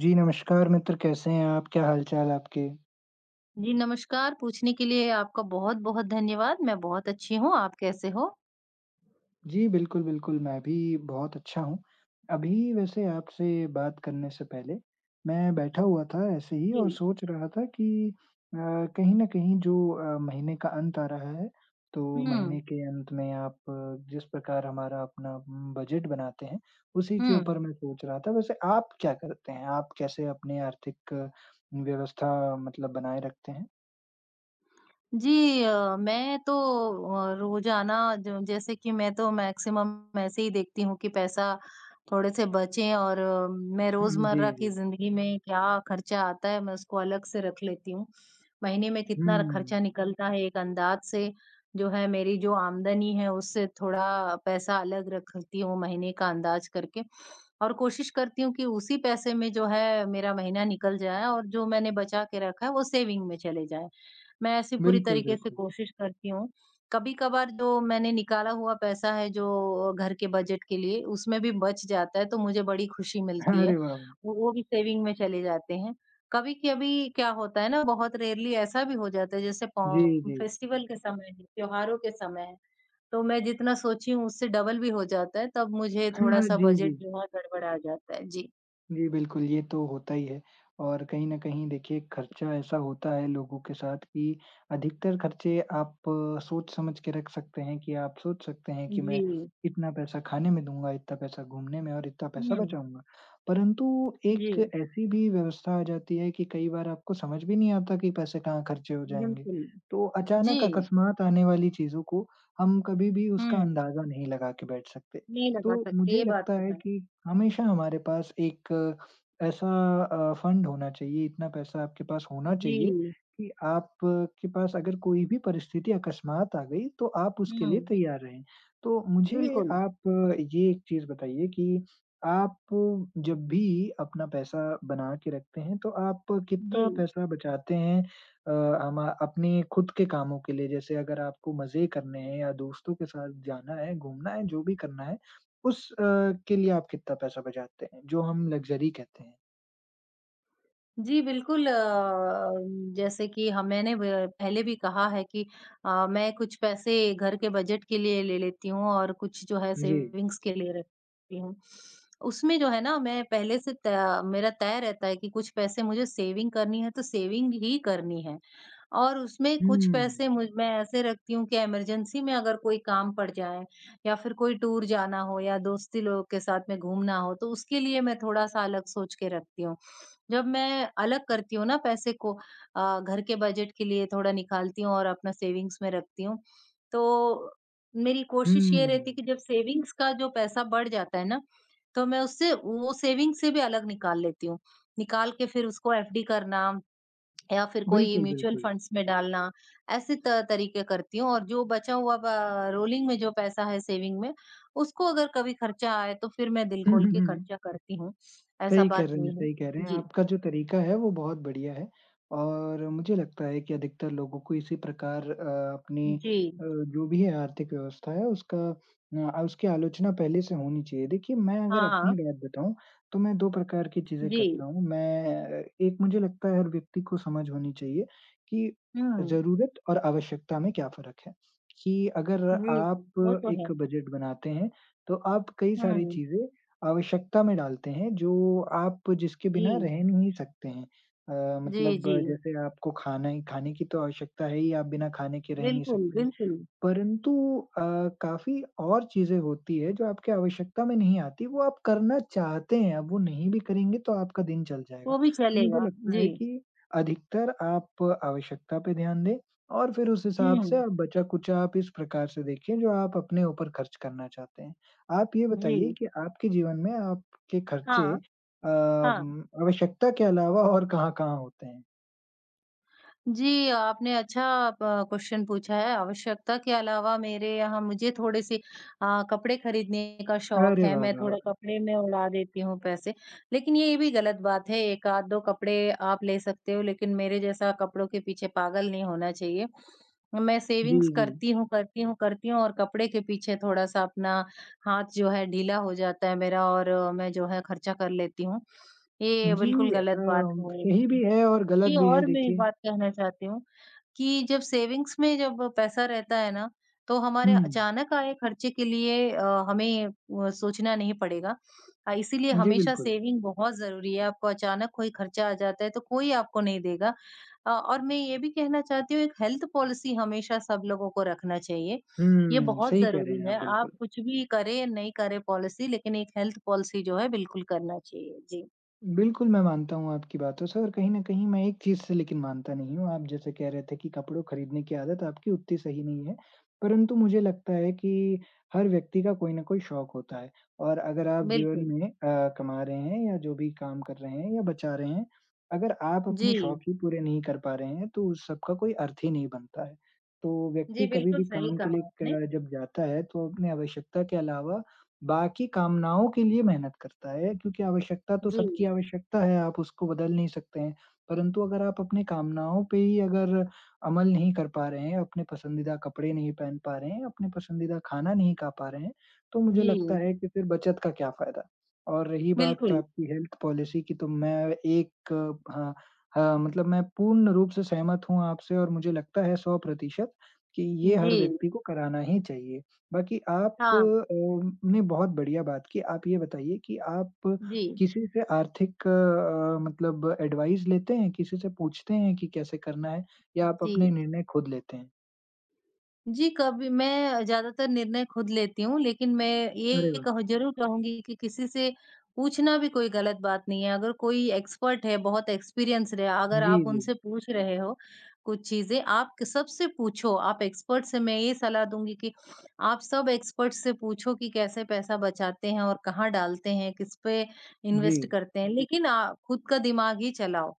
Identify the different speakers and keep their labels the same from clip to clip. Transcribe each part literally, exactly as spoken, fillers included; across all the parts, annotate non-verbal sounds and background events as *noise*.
Speaker 1: जी, नमस्कार मित्र, कैसे हैं आप? क्या हाल-चाल आपके?
Speaker 2: जी, नमस्कार। पूछने के लिए आपका बहुत-बहुत धन्यवाद। मैं बहुत अच्छी हूँ, आप कैसे हो?
Speaker 1: जी, बिल्कुल, बिल्कुल, मैं भी बहुत अच्छा हूँ। अभी वैसे आपसे बात करने से पहले मैं बैठा हुआ था ऐसे ही
Speaker 2: जी।
Speaker 1: और सोच रहा था कि अ, कहीं न कहीं जो अ, महीने का अंत आ रहा है, तो
Speaker 2: हुँ,
Speaker 1: महीने के अंत में आप अ, जिस प्रकार हमारा अपना उम, बजट बनाते हैं, उसी के
Speaker 2: हुँ।
Speaker 1: ऊपर मैं सोच रहा था। वैसे आप क्या करते हैं? आप कैसे अपने आर्थिक अ, व्यवस्था मतलब बनाए रखते हैं?
Speaker 2: जी अ, मैं तो अ, रोज़ाना ज जैसे कि मैं तो मैक्सिमम ऐसे ही देखती हूँ कि पैसा थोड़े से बचे और अ, मैं
Speaker 1: हुँ, हुँ, जी,
Speaker 2: रोज़मर्रा की
Speaker 1: जी।
Speaker 2: ज़िंदगी में क्या खर्चा आता है, मैं उसको अलग से रख लेती हूँ। महीने में कितना
Speaker 1: हुँ।
Speaker 2: खर्चा निकलता है, एक अंदाज़ से जो है मेरी जो आमदनी है उससे थोड़ा पैसा अलग रखती हूँ महीने का अंदाज़ करके। और कोशिश करती हूँ कि उसी पैसे में जो है मेरा महीना निकल जाए और जो मैंने बचा के रखा है वो सेविंग में चले जाए। मैं ऐसी पूरी
Speaker 1: बिल्कुल,
Speaker 2: तरीके से
Speaker 1: बिल्कुल।
Speaker 2: कोशिश करती हूँ। कभी-कभार जो मैंने निकाला हुआ पैसा है जो घर के बजट के लिए उसमें भी बच जाता है तो मुझे बड़ी खुशी मिलती है।
Speaker 1: अरे वाह! वाह!
Speaker 2: वो वो भी सेविंग में चले जाते हैं। कभी-कभी क्या होता है ना, बहुत रेयरली ऐसा भी हो जाता है, जैसे
Speaker 1: जी,
Speaker 2: पौ
Speaker 1: जी।
Speaker 2: फेस्टिवल के समय है, त्योहारों के समय है, तो मैं जितना सोची हूँ उससे डबल भी हो जाता है, तब मुझे
Speaker 1: *laughs* हाँ,
Speaker 2: थोड़ा-सा
Speaker 1: जी,
Speaker 2: बजट
Speaker 1: जी।
Speaker 2: जो है गड़बड़ा जाता है। जी।
Speaker 1: जी, बिल्कुल, ये तो होता ही है और कहीं न कहीं देखिए खर्चा ऐसा होता है लोगों के साथ कि अधिकतर खर्चे आप सोच समझ के रख सकते हैं कि आप सोच सकते हैं कि
Speaker 2: जी।
Speaker 1: मैं इतना पैसा खाने में दूँगा, इतना पैसा घूमने में और इतना पैसा
Speaker 2: हुँ।
Speaker 1: बचाऊँगा। परंतु एक
Speaker 2: जी,
Speaker 1: ऐसी भी व्यवस्था आ जाती है कि कई बार आपको समझ भी नहीं आता कि पैसे कहाँ खर्चे हो जाएँगे।
Speaker 2: बिल्कुल।
Speaker 1: तो
Speaker 2: जी।
Speaker 1: अचानक अकस्मात आने वाली चीज़ों को हम कभी भी उसका
Speaker 2: हुँ,
Speaker 1: अंदाज़ा नहीं लगा के बैठ सकते।
Speaker 2: नहीं लगा
Speaker 1: तो
Speaker 2: सकते,
Speaker 1: मुझे
Speaker 2: ये बात
Speaker 1: लगता
Speaker 2: तो
Speaker 1: है
Speaker 2: है।
Speaker 1: कि हमेशा हमारे पास एक अ, ऐसा अ, फंड होना चाहिए, इतना पैसा आपके पास होना चाहिए
Speaker 2: जी।
Speaker 1: कि आपके पास अगर कोई भी परिस्थिति अकस्मात आ गई, तो आप उसके लिए
Speaker 2: हुँ,
Speaker 1: तैयार रहें। तो मुझे
Speaker 2: बिल्कुल।
Speaker 1: आप अ, ये एक चीज़ बताइए कि आप जब भी अपना पैसा बना के रखते हैं, तो आप
Speaker 2: जी।
Speaker 1: कितना पैसा बचाते हैं अ, हमा अपने खुद के कामों के लिए? जैसे अगर आपको मज़े करने हैं या दोस्तों के साथ जाना है, घूमना है, जो भी करना है। उस अ, के लिए आप कितना पैसा बचाते हैं, जो हम लग्ज़री कहते हैं?
Speaker 2: जी, बिल्कुल। अ, जैसे कि ह मैंने ब पहले भी कहा है कि अ, मैं कुछ पैसे घर के बजट के लिए ले लेती हूँ और कुछ जो है
Speaker 1: जी।
Speaker 2: सेविंग्स के लिए रखती हूँ। उसमें जो है ना मैं पहले से त मेरा तय रहता है कि कुछ पैसे मुझे सेविंग करनी है, तो सेविंग ही करनी है। और उसमें कुछ
Speaker 1: हुँ,
Speaker 2: पैसे मुझ मैं ऐसे रखती हूँ कि इमरजेंसी में अगर कोई काम पड़ जाए या फिर कोई टूर जाना हो या दोस्ती लोग के साथ में घूमना हो, तो उसके लिए मैं थोड़ा-सा अलग सोच के रखती हूँ। जब मैं अलग करती हूँ ना पैसे को अ, घर के बजट के लिए थोड़ा निकालती हूँ और अपना सेविंग्स में रखती हूँ, तो मेरी कोशिश ये रहती है कि
Speaker 1: हुँ,
Speaker 2: जब सेविंग्स का जो पैसा बढ़ जाता है ना, तो मैं उससे वो सेविंग्स से भी अलग निकाल लेती हूँ। निकाल के फिर उसको एफडी करना या फिर कोई
Speaker 1: बिल्कुल,
Speaker 2: म्यूचुअल
Speaker 1: बिल्कुल।
Speaker 2: फंड्स में डालना, ऐसे त तरीके करती हूँ और जो बचा हुआ ब रोलिंग में जो पैसा है सेविंग में, उसको अगर कभी खर्चा आए तो फिर मैं दिल खोल के खर्चा
Speaker 1: *laughs*
Speaker 2: करती हूँ। ऐसा
Speaker 1: सही कह
Speaker 2: बात
Speaker 1: रहे हैं
Speaker 2: नहीं है।
Speaker 1: सही कह रहे हैं।
Speaker 2: जी।
Speaker 1: आपका जो तरीका है वो बहुत बढ़िया है और मुझे लगता है कि अधिकतर लोगों को इसी प्रकार अ, अपनी
Speaker 2: जी,
Speaker 1: अ, जो भी है आर्थिक व्यवस्था है उसका अ, उसकी आलोचना पहले से होनी चाहिए। देखिए मैं अगर
Speaker 2: हाँ,
Speaker 1: अपनी बात बताऊँ तो मैं दो प्रकार की चीज़ें
Speaker 2: जी,
Speaker 1: करता हूँ। मैं एक मुझे लगता है हर व्यक्ति को समझ होनी चाहिए कि
Speaker 2: हुँ,
Speaker 1: ज़रूरत और आवश्यकता में क्या फ़र्क है? कि अगर
Speaker 2: जी, वो
Speaker 1: आप
Speaker 2: तो है।
Speaker 1: एक बजट बनाते हैं तो आप कई सारी
Speaker 2: हुँ,
Speaker 1: चीज़ें आवश्यकता में डालते हैं जो आप जिसके बिना
Speaker 2: जी,
Speaker 1: रह नहीं सकते हैं। अ,
Speaker 2: जी,
Speaker 1: मतलब
Speaker 2: जी,
Speaker 1: जैसे आपको खाना ही खाने की तो आवश्यकता है ही, आप बिना खाने के रह नहीं
Speaker 2: बिल्कुल,
Speaker 1: सकते। हैं।
Speaker 2: बिल्कुल,
Speaker 1: परंतु अ, काफ़ी और चीज़ें होती है जो आपकी आवश्यकता में नहीं आती, वो आप करना चाहते हैं, अब वो नहीं भी करेंगे तो आपका दिन चल जाएगा।
Speaker 2: वो भी
Speaker 1: तो मुझे
Speaker 2: चलेगा।
Speaker 1: लगता
Speaker 2: जी,
Speaker 1: है कि अधिकतर आप आवश्यकता पे ध्यान दें और फिर उस हिसाब से
Speaker 2: हुँ,
Speaker 1: आप बचा-कुचा आप इस प्रकार से देखिए जो आप अपने ऊपर खर्च करना चाहते हैं। आप ये बताइए
Speaker 2: जी,
Speaker 1: कि आपके जीवन में आपके खर्चे
Speaker 2: हाँ,
Speaker 1: अ,
Speaker 2: हाँ।
Speaker 1: उम, आवश्यकता के अलावा और कहाँ-कहाँ होते हैं?
Speaker 2: जी, आपने अच्छा प क्वेश्चन पूछा है। आवश्यकता के अलावा मेरे यहाँ मुझे थोड़े-से अ, कपड़े खरीदने का शौक
Speaker 1: अरे
Speaker 2: है,
Speaker 1: वाह,
Speaker 2: मैं
Speaker 1: वाह! वाह।
Speaker 2: थोड़ा कपड़े में उड़ा देती हूँ पैसे। लेकिन ये भी गलत बात है, एक आध दो कपड़े आप ले सकते हो, लेकिन मेरे जैसा कपड़ों के पीछे पागल नहीं होना चाहिए। मैं
Speaker 1: जी,
Speaker 2: सेविंग्स
Speaker 1: जी।
Speaker 2: करती हूँ, करती हूँ, करती हूँ और कपड़े के पीछे थोड़ा-सा अपना हाथ जो है ढीला हो जाता है मेरा और अ, मैं जो है खर्चा कर लेती हूँ। ये
Speaker 1: जी,
Speaker 2: बिल्कुल
Speaker 1: अ,
Speaker 2: गलत बात है।
Speaker 1: सही भी है और गलत
Speaker 2: जी,
Speaker 1: भी है
Speaker 2: और मैं एक
Speaker 1: देखिए।
Speaker 2: बात कहना चाहती हूँ कि जब सेविंग्स में जब पैसा रहता है ना, तो हमारे
Speaker 1: हुँ,
Speaker 2: अचानक आए खर्चे के लिए अ, हमें अ, सोचना नहीं पड़ेगा। अ, इसीलिए
Speaker 1: जी,
Speaker 2: हमेशा
Speaker 1: बिल्कुल।
Speaker 2: सेविंग बहुत ज़रूरी है, आपको अचानक कोई खर्चा आ जाता है, तो कोई आपको नहीं देगा। अ, और मैं ये भी कहना चाहती हूँ, एक हेल्थ पॉलिसी हमेशा सब लोगों को रखना चाहिए। ये
Speaker 1: हुँ,
Speaker 2: बहुत
Speaker 1: सही कह रहे
Speaker 2: ज़रूरी
Speaker 1: हैं
Speaker 2: है,
Speaker 1: आप
Speaker 2: आप
Speaker 1: बिल्कुल।
Speaker 2: कुछ भी करें या नहीं करें पॉलिसी, लेकिन एक हेल्थ पॉलिसी जो है, बिल्कुल करना चाहिए। जी,
Speaker 1: बिल्कुल, मैं मानता हूँ आपकी बातों से और कहीं न कहीं मैं एक चीज़ से लेकिन मानता नहीं हूँ। आप जैसे कह रहे थे कि कपड़ों खरीदने की आदत आपकी उतनी सही नहीं है, परंतु मुझे लगता है कि हर व्यक्ति का कोई न कोई शौक होता है और अगर आप जीवन
Speaker 2: बिल्कुल।
Speaker 1: में अ, कमा रहे हैं या जो भी काम कर रहे हैं या बचा रहे हैं, अगर आप
Speaker 2: जी।
Speaker 1: अपने शौक ही पूरे नहीं कर पा रहे हैं, तो उस सब का कोई अर्थ ही नहीं बनता है। तो
Speaker 2: जी,
Speaker 1: व्यक्ति कभी
Speaker 2: बिल्कुल
Speaker 1: भी
Speaker 2: सही
Speaker 1: काम के लिए
Speaker 2: कहा आपने।
Speaker 1: क जब जाता है, तो अपनी आवश्यकता के अलावा बाकी कामनाओं के लिए मेहनत करता है, क्योंकि आवश्यकता तो
Speaker 2: जी,
Speaker 1: सबकी आवश्यकता है, आप उसको बदल नहीं सकते हैं। परंतु अगर आप अपनी कामनाओं पे ही अगर अमल नहीं कर पा रहे हैं, अपने पसंदीदा कपड़े नहीं पहन पा रहे हैं, अपने पसंदीदा खाना नहीं खा पा रहे हैं, तो मुझे लगता
Speaker 2: जी,
Speaker 1: है कि फिर बचत का क्या फ़ायदा? और रही बात
Speaker 2: बिल्कुल।
Speaker 1: आपकी हेल्थ पॉलिसी की, तो मैं एक। हाँ, हाँ, मतलब मैं पूर्ण रूप से सहमत हूँ आपसे और मुझे लगता है सौ प्रतिशत कि ये
Speaker 2: जी,
Speaker 1: हर व्यक्ति को कराना ही चाहिए। बाकी आप
Speaker 2: हाँ,
Speaker 1: अ, ने बहुत बढ़िया बात की। आप ये बताइए कि आप
Speaker 2: जी,
Speaker 1: किसी से आर्थिक अ, मतलब एडवाइस लेते हैं? किसी से पूछते हैं कि कैसे करना है या आप अपने
Speaker 2: जी।
Speaker 1: निर्णय खुद लेते हैं?
Speaker 2: जी, कभी मैं ज़्यादातर निर्णय खुद लेती हूँ, लेकिन मैं
Speaker 1: अरे
Speaker 2: ये
Speaker 1: वाह!
Speaker 2: कह ज़रूर कहूँगी कि किसी से पूछना भी कोई गलत बात नहीं है। अगर कोई एक्सपर्ट है, बहुत एक्सपीरियंस्ड है, अगर
Speaker 1: जी,
Speaker 2: आप
Speaker 1: जी।
Speaker 2: उनसे पूछ रहे हो कुछ चीज़ें, आप क सबसे पूछो। आप एक्सपर्ट से मैं ये सलाह दूँगी कि आप सब एक्सपर्ट से पूछो कि कैसे पैसा बचाते हैं और कहाँ डालते हैं, किस पे
Speaker 1: जी,
Speaker 2: इन्वेस्ट करते हैं, लेकिन आ खुद का दिमाग ही चलाओ।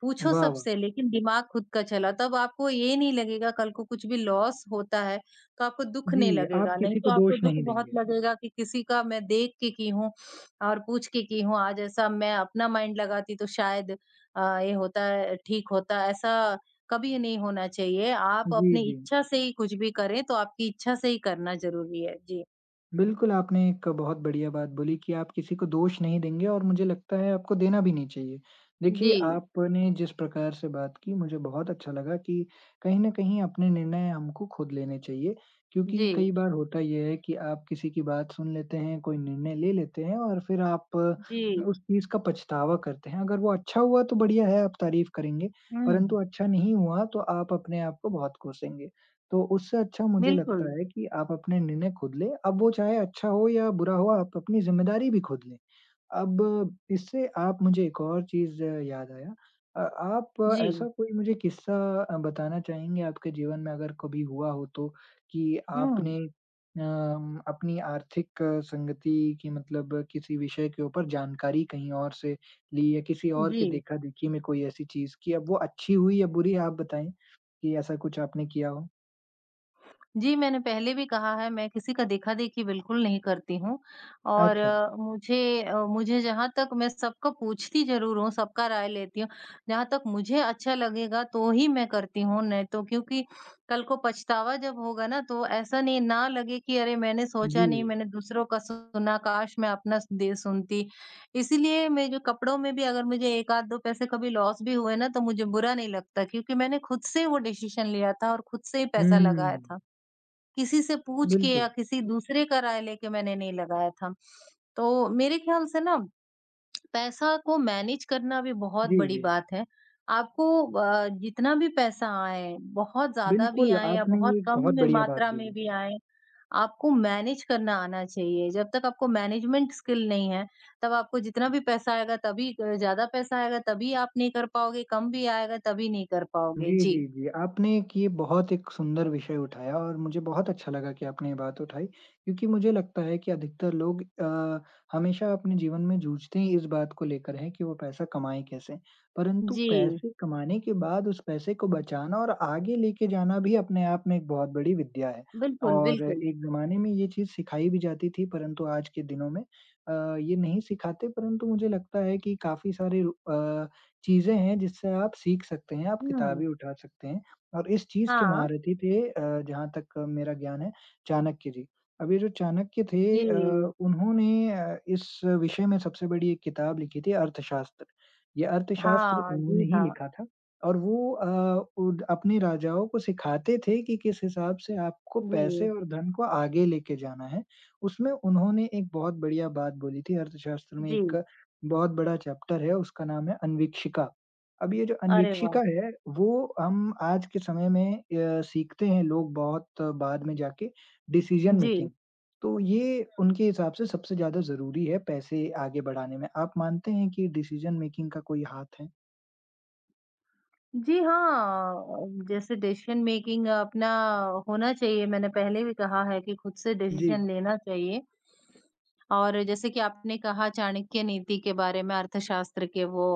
Speaker 2: पूछो
Speaker 1: वाह, वाह!
Speaker 2: सबसे लेकिन दिमाग खुद का चला, तब आपको ये नहीं लगेगा कल को कुछ भी लॉस होता है, तो आपको दुःख नहीं
Speaker 1: जी,
Speaker 2: लगेगा,
Speaker 1: आप
Speaker 2: नहीं
Speaker 1: किसी
Speaker 2: तो
Speaker 1: को
Speaker 2: आपको
Speaker 1: दोष
Speaker 2: दुःख
Speaker 1: नहीं
Speaker 2: बहुत
Speaker 1: देंगे।
Speaker 2: लगेगा कि किसी का मैं देख के की हूँ और पूछ के की हूँ, आज ऐसा मैं अपना माइंड लगाती तो शायद अ, ये होता है ठीक होता, ऐसा कभी नहीं होना चाहिए। आप
Speaker 1: जी,
Speaker 2: अपनी
Speaker 1: जी।
Speaker 2: इच्छा से ही कुछ भी करें, तो आपकी इच्छा से ही करना ज़रूरी है। जी।
Speaker 1: बिल्कुल, आपने एक बहुत बढ़िया बात बोली कि आप किसी को दोष नहीं देंगे और मुझे लगता है आपको देना भी नहीं चाहिए। देखिए,
Speaker 2: जी,
Speaker 1: आपने जिस प्रकार से बात की मुझे बहुत अच्छा लगा कि कहीं न कहीं अपने निर्णय हमको खुद लेने चाहिए,
Speaker 2: जी,
Speaker 1: क्योंकि कई बार होता ये है कि आप किसी की बात सुन लेते हैं, कोई निर्णय ले लेते हैं और फिर आप
Speaker 2: जी।
Speaker 1: उस चीज़ का पछतावा करते हैं। अगर वो अच्छा हुआ तो बढ़िया है, आप तारीफ़ करेंगे,
Speaker 2: हुँ,
Speaker 1: परंतु अच्छा नहीं हुआ तो आप अपने आप को बहुत कोसेंगे। तो उससे अच्छा मुझे लगता
Speaker 2: बिल्कुल।
Speaker 1: है कि आप अपने निर्णय खुद लें, अब वो चाहे अच्छा हो या बुरा हो, आप अपनी ज़िम्मेदारी भी खुद लें। अब इससे आप मुझे एक और चीज़ याद आया, अ, आप
Speaker 2: जी।
Speaker 1: ऐसा कोई मुझे किस्सा अ, बताना चाहेंगे आपके जीवन में अगर कभी हुआ हो तो कि
Speaker 2: हुँ,
Speaker 1: आपने अम, अपनी आर्थिक अ, संगति की मतलब किसी विषय के ऊपर जानकारी कहीं और से ली या किसी और
Speaker 2: जी।
Speaker 1: के देखा-देखी में कोई ऐसी चीज़ कि अब वो अच्छी हुई या बुरी आप बताएँ कि ऐसा कुछ आपने किया हो?
Speaker 2: जी, मैंने पहले भी कहा है मैं किसी का देखा-देखी बिल्कुल नहीं करती हूँ और
Speaker 1: अच्छा,
Speaker 2: अ, मुझे अ, मुझे जहाँ तक मैं सबका पूछती ज़रूर हूँ, सबका राय लेती हूँ। जहाँ तक मुझे अच्छा लगेगा तो ही मैं करती हूँ, नहीं तो क्योंकि कल को पछतावा जब होगा ना तो ऐसा नहीं ना लगे कि अरे मैंने सोचा
Speaker 1: जी।
Speaker 2: नहीं, मैंने दूसरों का सुना, काश मैं अपना दे सुनती। इसीलिए मैं जो कपड़ों में भी अगर मुझे एक आध दो पैसे कभी लॉस भी हुए ना तो मुझे बुरा नहीं लगता क्योंकि मैंने खुद से वो डिसीज़न लिया था और खुद से ही पैसा
Speaker 1: हुँ,
Speaker 2: लगाया था। किसी से पूछ के या
Speaker 1: बिल्कुल।
Speaker 2: किसी दूसरे का राय लेके मैंने नहीं लगाया था। तो मेरे ख़्याल से ना पैसा को मैनेज करना भी बहुत
Speaker 1: जी,
Speaker 2: बड़ी
Speaker 1: जी।
Speaker 2: बात है। आपको अ, जितना भी पैसा आए, बहुत ज़्यादा भी
Speaker 1: बिल्कुल,
Speaker 2: आए या
Speaker 1: आपने
Speaker 2: बहुत
Speaker 1: ये एक
Speaker 2: कम
Speaker 1: बहुत
Speaker 2: में
Speaker 1: बढ़िया बात
Speaker 2: मात्रा में
Speaker 1: बोली।
Speaker 2: भी आए, आपको मैनेज करना आना चाहिए। जब तक आपको मैनेजमेंट स्किल नहीं है, तब आपको जितना भी पैसा आएगा तभी अ, ज़्यादा पैसा आएगा तभी आप नहीं कर पाओगे, कम भी आएगा तभी नहीं कर पाओगे।
Speaker 1: जी,
Speaker 2: जी।
Speaker 1: जी, जी। आपने एक ये बहुत एक सुंदर विषय उठाया और मुझे बहुत अच्छा लगा कि आपने ये बात उठाई, क्योंकि मुझे लगता है कि अधिकतर लोग अ, हमेशा अपने जीवन में जूझते ही इस बात को लेकर हैं कि वो पैसा कमाएँ कैसे? परंतु
Speaker 2: जी।
Speaker 1: पैसे कमाने के बाद उस पैसे को बचाना और आगे लेके जाना भी अपने आप में एक बहुत बड़ी विद्या है।
Speaker 2: बिल्कुल,
Speaker 1: और
Speaker 2: बिल्कुल।
Speaker 1: एक ज़माने में ये चीज़ सिखाई भी जाती थी, परंतु आज के दिनों में अ, ये नहीं सिखाते परंतु मुझे लगता है कि काफ़ी सारे रु अ, चीज़ें हैं जिससे आप सीख सकते हैं, आप
Speaker 2: हुँ।
Speaker 1: किताबें उठा सकते हैं और इस चीज़ के
Speaker 2: हाँ।
Speaker 1: महारथी थे, अ, जहाँ तक मेरा ज्ञान है, चाणक्य जी। अब ये जो चाणक्य थे,
Speaker 2: जी।
Speaker 1: अ, उन्होंने अ, इस विषय में सबसे बड़ी एक किताब लिखी थी अर्थशास्त्र। ये अर्थशास्त्र
Speaker 2: हाँ, जी
Speaker 1: उन्होंने ही
Speaker 2: हाँ।
Speaker 1: लिखा था और वो अ, उद अपने राजाओं को सिखाते थे कि किस हिसाब से आपको
Speaker 2: जी,
Speaker 1: पैसे और धन को आगे लेके जाना है। उसमें उन्होंने एक बहुत बढ़िया बात बोली थी, अर्थशास्त्र में
Speaker 2: जी।
Speaker 1: एक बहुत बड़ा चैप्टर है, उसका नाम है अन्वीक्षिका। अब ये जो
Speaker 2: अरे वाह!
Speaker 1: अन्वीक्षिका है, वो हम आज के समय में अ, सीखते हैं लोग बहुत बाद में जाके, डिसीजन
Speaker 2: जी।
Speaker 1: मेकिंग। तो ये
Speaker 2: हुँ।
Speaker 1: उनके हिसाब से सबसे ज़्यादा ज़रूरी है पैसे आगे बढ़ाने में। आप मानते हैं कि डिसीजन मेकिंग का कोई हाथ है?
Speaker 2: जी हाँ, जैसे डिसीज़न मेकिंग अपना होना चाहिए, मैंने पहले भी कहा है कि खुद से
Speaker 1: जी।
Speaker 2: डिसीज़न लेना चाहिए। और जैसे कि आपने कहा चाणक्य नीति के बारे में अर्थशास्त्र के वो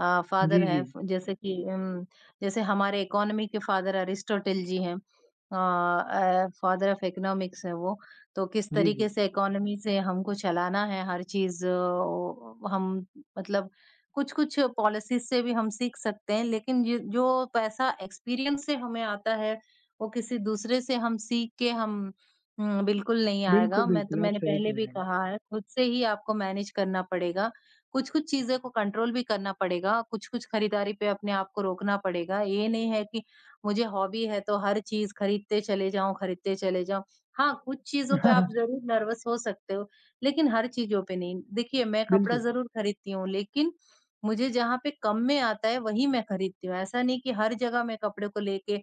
Speaker 2: अ, फादर
Speaker 1: जी,
Speaker 2: हैं
Speaker 1: जी।
Speaker 2: फ जैसे कि उम, जैसे हमारे इकोनॉमी के फादर अरिस्टोटल जी हैं। अ अ, फादर ऑफ इकोनॉमिक्स हैं वो। तो किस
Speaker 1: जी, जी।
Speaker 2: तरीके से इकोनॉमी से हमको चलाना है हर चीज़ ओ, हम मतलब कुछ-कुछ पॉलिसीज़ से भी हम सीख सकते हैं, लेकिन ये जो पैसा एक्सपीरियंस से हमें आता है, वो किसी दूसरे से हम सीख के हम उम, बिल्कुल नहीं आएगा।
Speaker 1: बिल्कुल,
Speaker 2: मैं तो
Speaker 1: बिल्कुल, आप
Speaker 2: मैंने
Speaker 1: सही
Speaker 2: पहले
Speaker 1: कह
Speaker 2: भी
Speaker 1: रहे हैं।
Speaker 2: कहा है, खुद से ही आपको मैनेज करना पड़ेगा। कुछ-कुछ चीज़ें को कंट्रोल भी करना पड़ेगा, कुछ-कुछ खरीदारी पे अपने आप को रोकना पड़ेगा। ये नहीं है कि मुझे हॉबी है, तो हर चीज़ खरीदते चले जाऊँ, खरीदते चले जाऊँ। हाँ, कुछ चीज़ों पे आप
Speaker 1: *laughs*
Speaker 2: ज़रूर नर्वस हो सकते हो, लेकिन हर चीज़ों पे नहीं। देखिए, मैं कपड़ा
Speaker 1: बिल्कुल,
Speaker 2: ज़रूर खरीदती हूँ, लेकिन मुझे जहाँ पे कम में आता है वही मैं खरीदती हूँ। ऐसा नहीं कि हर जगह मैं कपड़े को लेके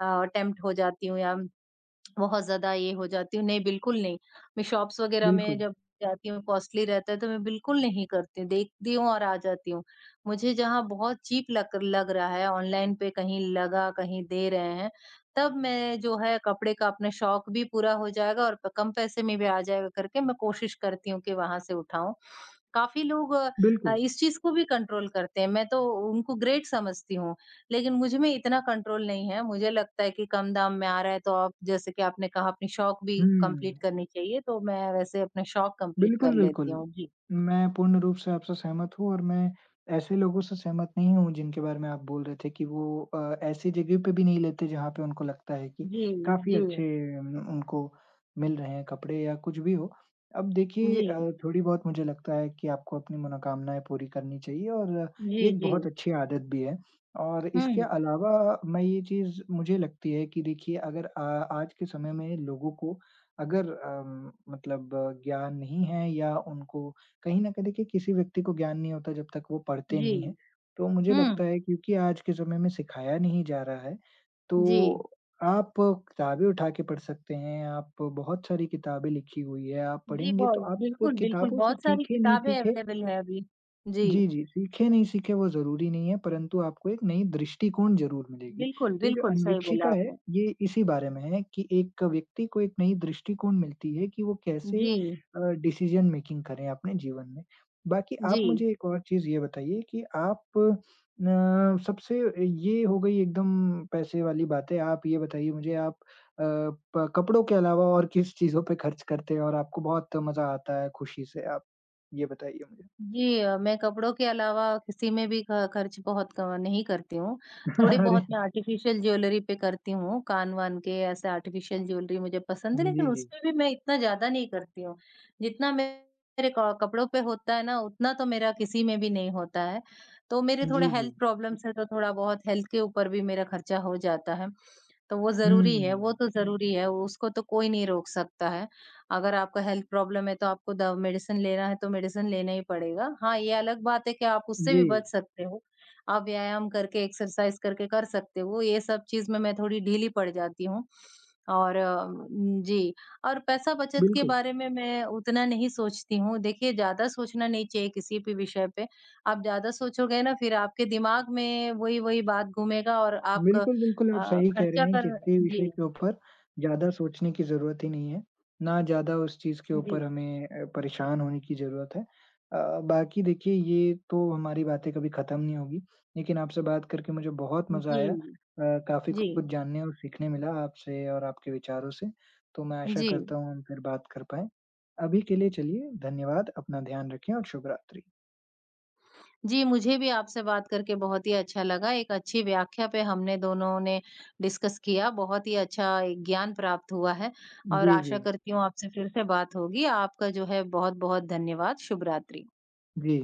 Speaker 2: अ, टेम्प्ट हो जाती हूँ या बहुत ज़्यादा ये हो जाती हूँ, नहीं बिल्कुल नहीं। मैं शॉप्स वग़ैरह में
Speaker 1: बिल्कुल,
Speaker 2: जब जाती हूँ कॉस्टली रहता है तो मैं बिल्कुल नहीं करती हूँ, देखती हूँ और आ जाती हूँ। मुझे जहाँ बहुत चीप लग लग रहा है ऑनलाइन पे कहीं लगा, कहीं दे रहे हैं, तब मैं जो है कपड़े का अपना शौक भी पूरा हो जाएगा और प कम पैसे में भी आ जाएगा करके मैं कोशिश करती हूँ कि वहाँ से उठाऊँ। काफ़ी लोग अ,
Speaker 1: बिल्कुल।
Speaker 2: इस चीज़ को भी कंट्रोल करते हैं, मैं तो उनको ग्रेट समझती हूँ। लेकिन मुझ में इतना कंट्रोल नहीं है, मुझे लगता है कि कम दाम में आ रहा है तो आप जैसे कि आपने कहा अपनी शौक भी कंप्लीट
Speaker 1: हुँ।
Speaker 2: करनी चाहिए, तो मैं वैसे अपने शौक कंप्लीट कर
Speaker 1: बिल्कुल,
Speaker 2: लेती
Speaker 1: बिल्कुल।
Speaker 2: हूँ। जी,
Speaker 1: मैं पूर्ण रूप से आपसे सहमत हूँ और मैं ऐसे लोगों से सहमत नहीं हूँ जिनके बारे में आप बोल रहे थे कि वो अ, ऐसी जगह पे भी नहीं लेते जहाँ पे उनको लगता है कि
Speaker 2: जी,
Speaker 1: काफ़ी
Speaker 2: जी,
Speaker 1: अच्छे उम, उनको मिल रहे हैं कपड़े या कुछ भी हो। अब देखिए,
Speaker 2: जी,
Speaker 1: अ, थोड़ी बहुत मुझे लगता है कि आपको अपनी मनोकामनाएँ पूरी करनी चाहिए और अ,
Speaker 2: जी,
Speaker 1: ये एक
Speaker 2: जी।
Speaker 1: बहुत अच्छी आदत भी है। और इसके
Speaker 2: हुँ,
Speaker 1: अलावा मैं ये चीज़ मुझे लगती है कि देखिए, अगर अ, आज के समय में लोगों को अगर अम, मतलब ज्ञान नहीं है या उनको, कहीं न कहीं देखिए किसी व्यक्ति को ज्ञान नहीं होता जब तक वो पढ़ते
Speaker 2: जी,
Speaker 1: नहीं हैं। तो मुझे
Speaker 2: हुँ,
Speaker 1: लगता है क्योंकि आज के समय में सिखाया नहीं जा रहा है,
Speaker 2: जी।
Speaker 1: तो आप किताबें उठा के पढ़ सकते हैं, आप बहुत सारी किताबें लिखी हुई है, आप
Speaker 2: जी,
Speaker 1: पढ़ेंगे तो
Speaker 2: बहुत
Speaker 1: आप
Speaker 2: बिल्कुल, बिल्कुल,
Speaker 1: किताबों से
Speaker 2: बहुत सारी
Speaker 1: सीखे नहीं
Speaker 2: किताबें
Speaker 1: सीखे,
Speaker 2: अवेलेबल हैं अभी। जी,
Speaker 1: जी, जी, सीखे नहीं सीखे वो ज़रूरी नहीं है, परंतु आपको एक नई दृष्टिकोण ज़रूर मिलेगी।
Speaker 2: बिल्कुल,
Speaker 1: तो ये जो
Speaker 2: बिल्कुल, सही बोला
Speaker 1: अन्वेक्षिका है,
Speaker 2: आपने।
Speaker 1: ये इसी बारे में है कि एक व्यक्ति को एक नई दृष्टिकोण मिलती है कि वो कैसे
Speaker 2: जी,
Speaker 1: अ, डिसीज़न मेकिंग करें अपने जीवन में। बाकी
Speaker 2: जी।
Speaker 1: आप मुझे एक और चीज़ ये बताइए कि आप अ, सबसे, ये हो गई एकदम पैसे वाली बातें, आप ये बताइए मुझे, आप अ, प कपड़ों के अलावा और किस चीज़ों पे खर्च करते हैं और आपको बहुत मज़ा आता है खुशी से? आप ये बताइए मुझे?
Speaker 2: जी अ, मैं कपड़ों के अलावा किसी में भी ख खर्च बहुत क नहीं करती हूँ। थोड़ी
Speaker 1: *laughs*
Speaker 2: बहुत
Speaker 1: अरे!
Speaker 2: मैं आर्टिफ़िशियल ज्वेलरी पे करती हूँ, कान-वान के ऐसे आर्टिफ़िशियल ज्वेलरी मुझे पसंद है, लेकिन
Speaker 1: जी, जी।
Speaker 2: उसपे भी मैं इतना ज़्यादा नहीं करती हूँ। जितना मे- मेरे क कपड़ों पे होता है ना, उतना तो मेरा किसी में भी नहीं होता है। तो मेरे थोड़े
Speaker 1: जी, जी।
Speaker 2: हेल्थ प्रॉब्लम्स हैं, तो थोड़ा बहुत हेल्थ के ऊपर भी मेरा खर्चा हो जाता है। तो वो ज़रूरी है, वो
Speaker 1: हुँ।
Speaker 2: तो ज़रूरी है, उसको तो कोई नहीं रोक सकता है। अगर आपका हेल्थ प्रॉब्लम है तो आपको दव मेडिसिन लेना है तो मेडिसिन लेना ही पड़ेगा। हाँ, ये अलग बात है कि आप उससे
Speaker 1: जी,
Speaker 2: भी बच सकते हो। आप व्यायाम करके, एक्सरसाइज़ करके कर सकते हो। ये सब चीज़ में मैं थोड़ी ढीली पड़ जाती हूँ और उम, जी और पैसा बचत के
Speaker 1: बिल्कुल।
Speaker 2: बारे में मैं उतना नहीं सोचती हूँ। देखिए ज़्यादा सोचना नहीं चाहिए किसी भी विषय पे। आप ज़्यादा सोचोगे ना फिर आपके दिमाग में वही-वही बात घूमेगा और आप
Speaker 1: बिल्कुल, बिल्कुल आप
Speaker 2: अ,
Speaker 1: सही कह
Speaker 2: खर्चा
Speaker 1: रहे हैं,
Speaker 2: कर
Speaker 1: किसी विषय
Speaker 2: जी,
Speaker 1: के ऊपर ज़्यादा सोचने की ज़रूरत ही नहीं है, ना ज़्यादा उस चीज़ के ऊपर
Speaker 2: जी,
Speaker 1: हमें अ, परेशान होने की ज़रूरत है। अ, बाकी देखिए ये तो हमारी बातें कभी ख़त्म नहीं होगी, लेकिन आपसे बात करके मुझे बहुत मज़ा
Speaker 2: जी,
Speaker 1: आया। अ, काफ़ी
Speaker 2: जी,
Speaker 1: कुछ जानने और सीखने मिला आपसे और आपके विचारों से, तो मैं आशा
Speaker 2: जी।
Speaker 1: करता हूँ हम फिर बात कर पाएँ। अभी के लिए चलिए धन्यवाद, अपना ध्यान रखें और शुभ रात्रि।
Speaker 2: जी, मुझे भी आपसे बात करके बहुत ही अच्छा लगा। एक अच्छी व्याख्या पे हमने दोनों ने डिस्कस किया। बहुत ही अच्छा एक ज्ञान प्राप्त हुआ है और
Speaker 1: जी,
Speaker 2: आशा
Speaker 1: जी।
Speaker 2: करती हूँ आपसे फिर से बात होगी। आपका जो है बहुत-बहुत धन्यवाद। शुभ रात्रि।
Speaker 1: जी